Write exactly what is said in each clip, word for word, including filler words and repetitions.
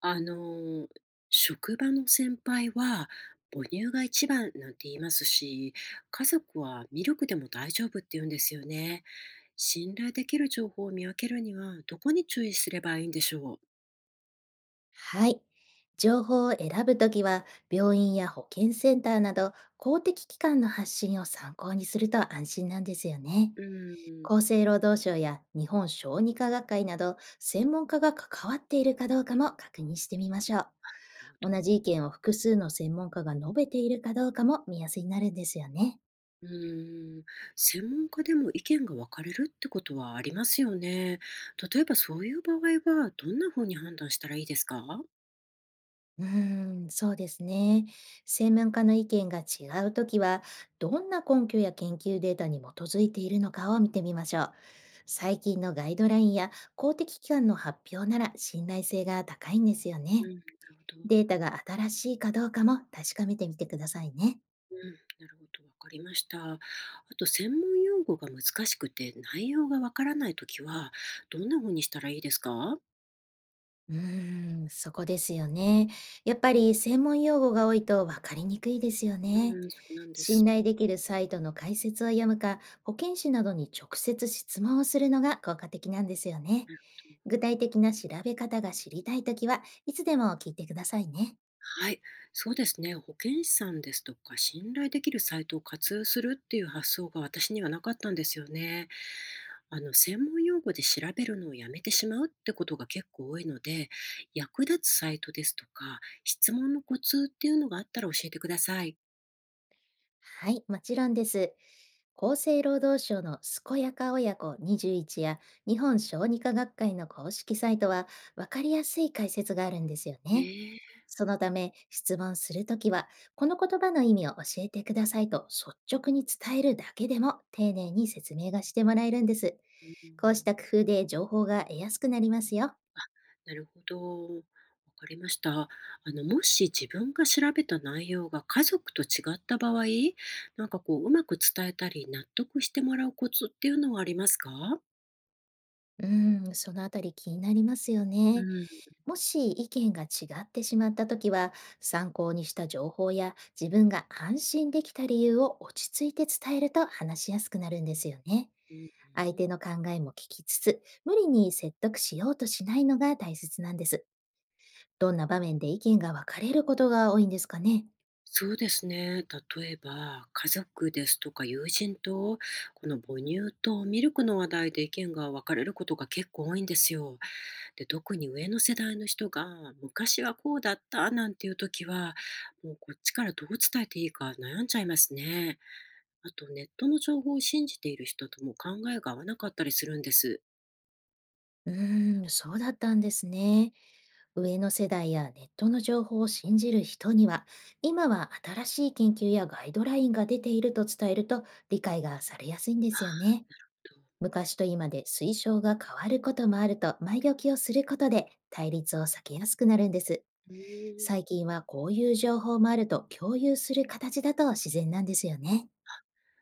あの、職場の先輩は母乳が一番なんて言いますし、家族はミルクでも大丈夫って言うんですよね。信頼できる情報を見分けるにはどこに注意すればいいんでしょう。はい。情報を選ぶときは、病院や保健センターなど公的機関の発信を参考にすると安心なんですよね。うん、な厚生労働省や日本小児科学会など、専門家が関わっているかどうかも確認してみましょるほう。同ど。じ意見を複数の専門家が述べているかどうかも見やすになるんですよね。うーん、専門家でも意見が分かれるってことはありますよね。例えばそういう場合はどんなふうに判断したらいいですか？うーん、そうですね。専門家の意見が違うときは、どんな根拠や研究データに基づいているのかを見てみましょう。最近のガイドラインや公的機関の発表なら信頼性が高いんですようね。ん、なるほど。データが新しいかどうかも確かめてみてくださいね。うん、なるほど、わかりました。あと、専門用語が難しくて内容がわからないときは、どんなふうにしたらいいですか？うーん、そこですよね。やっぱり専門用語が多いと分かりにくいですようね。ん、そうなんで信す。頼できるサイトの解説を読むか、保健師などに直接質問をするのが効果的なんですよね。なるほど。具体的な調べ方が知りたいときはいつでも聞いてくださいね。はい、そうですね。保健師さんですとか、信頼できるサイトを活用するっていう発想が私にはなかったんですよね。あの、専門用語で調べるのをやめてしまうってことが結構多いので、役立つサイトですとか、質問のコツっていうのがあったら教えてください。はい、もちろんです。厚生労働省の健やか親子にじゅういちや日本小児科学会の公式サイトは分かりやすい解説があるんですよね。ええ。そのため質問するときは、この言葉の意味を教えてくださいと率直に伝えるだけでも丁寧に説明がしてもらえるんです。うん。こうした工夫で情報が得やすくなりますよ。なるほど。わかりました。あの、もし自分が調べた内容が家族と違った場合、なんかこう、うまく伝えたり、納得してもらうコツっていうのはありますか？うーん、そのあたり気になりますようね。ん。もし意見が違ってしまったときは、参考にした情報や自分が安心できた理由を落ち着いて伝えると話しやすくなるんですよね。う相ん、手の考えも聞きつつ、無理に説得しようとしないのが大切なんです。どんな場面で意見が分かれることが多いんですかね？そうですね。例えば、家族ですとか友人と、この母乳とミルクの話題で意見が分かれることが結構多いんですよ。で、特に上の世代の人が「昔はこうだった」なんていう時は、もうこっちからどう伝えていいか悩んじゃいますね。あとネットの情報を信じている人とも考えが合わなかったりするんです。うーん、そうだったんですね。上の世代やネットの情報を信じる人には、今は新しい研究やガイドラインが出ていると伝えると理解がされやすいんですよね。昔と今で推奨が変わることもあると前置きをすることで対立を避けやすくなるんです。うーん、最近はこういう情報もあると共有する形だと自然なんですよね。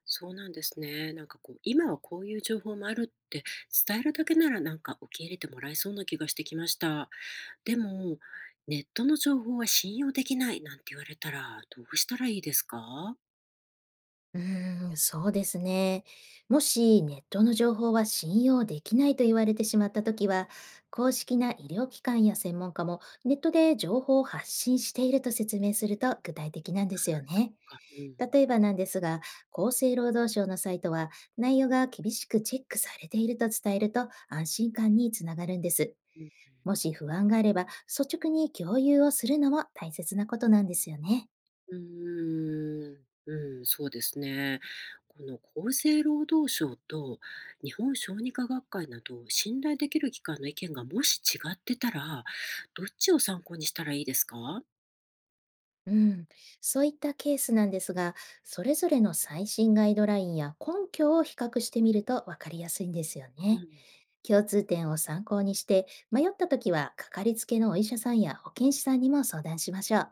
そうなんですね。なんかこう、今はこういう情報もあるって伝えるだけならなんか受け入れてもらえそうな気がしてきました。でも、ネットの情報は信用できないなんて言われたらどうしたらいいですか？うーん、そうですね。もしネットの情報は信用できないと言われてしまったときは、公式な医療機関や専門家もネットで情報を発信していると説明すると具体的なんですよそっね。か、うん。例えばなんですが、厚生労働省のサイトは内容が厳しくチェックされていると伝えると安心感につながるんです。ううん。もし不安があれば率直に共有をするのも大切なことなんですよね。うーん、うん、そうですね。この厚生労働省と日本小児科学会など信頼できる機関の意見がもし違ってたら、どっちを参考にしたらいいですか？うん、そういったケースなんですが、それぞれの最新ガイドラインや根拠を比較してみると分かりやすいんですようね。ん。共通点を参考にして、迷ったときはかかりつけのお医者さんや保健師さんにも相談しましょう。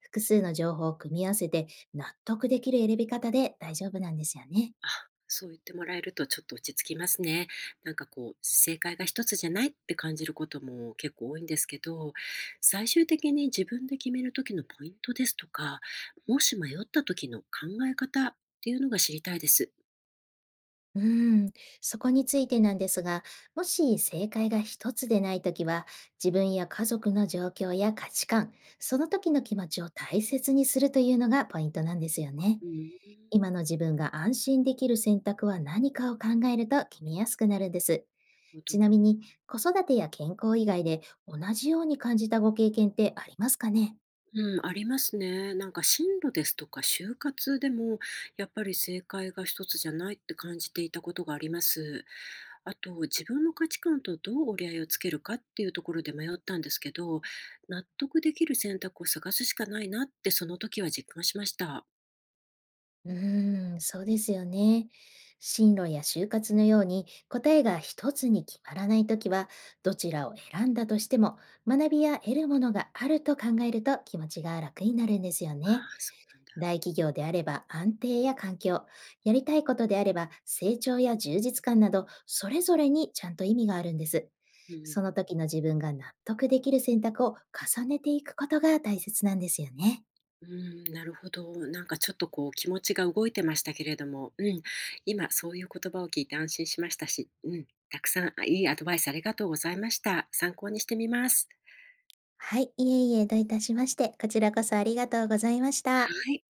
複数の情報を組み合わせて納得できる選び方で大丈夫なんですよね。あ、そう言ってもらえるとちょっと落ち着きますね。なんかこう、正解が一つじゃないって感じることも結構多いんですけど、最終的に自分で決める時のポイントですとか、もし迷った時の考え方っていうのが知りたいです。うーん、そこについてなんですが、もし正解が一つでないときは、自分や家族の状況や価値観、その時の気持ちを大切にするというのがポイントなんですよね。うん。今の自分が安心できる選択は何かを考えると決めやすくなるんです。ほど。ちなみに、子育てや健康以外で同じように感じたご経験ってありますかね？うん、ありますね。なんか進路ですとか就活でも、やっぱり正解が一つじゃないって感じていたことがあります。あと、自分の価値観とどう折り合いをつけるかっていうところで迷ったんですけど、納得できる選択を探すしかないなってその時は実感しました。うーん、そうですよね。進路や就活のように答えが一つに決まらないときは、どちらを選んだとしても学びや得るものがあると考えると気持ちが楽になるんですよあね。あ、そうなんだ。大企業であれば安定や環境、やりたいことであれば成長や充実感など、それぞれにちゃんと意味があるんです。うん。その時の自分が納得できる選択を重ねていくことが大切なんですよね。うん、なるほど。なんかちょっとこう気持ちが動いてましたけれども、うん、今そういう言葉を聞いて安心しましたし、うん、たくさん、あ、いいアドバイスありがとうございました。参考にしてみます。はい、いえいえ、どういたしまして。こちらこそありがとうございました。はい。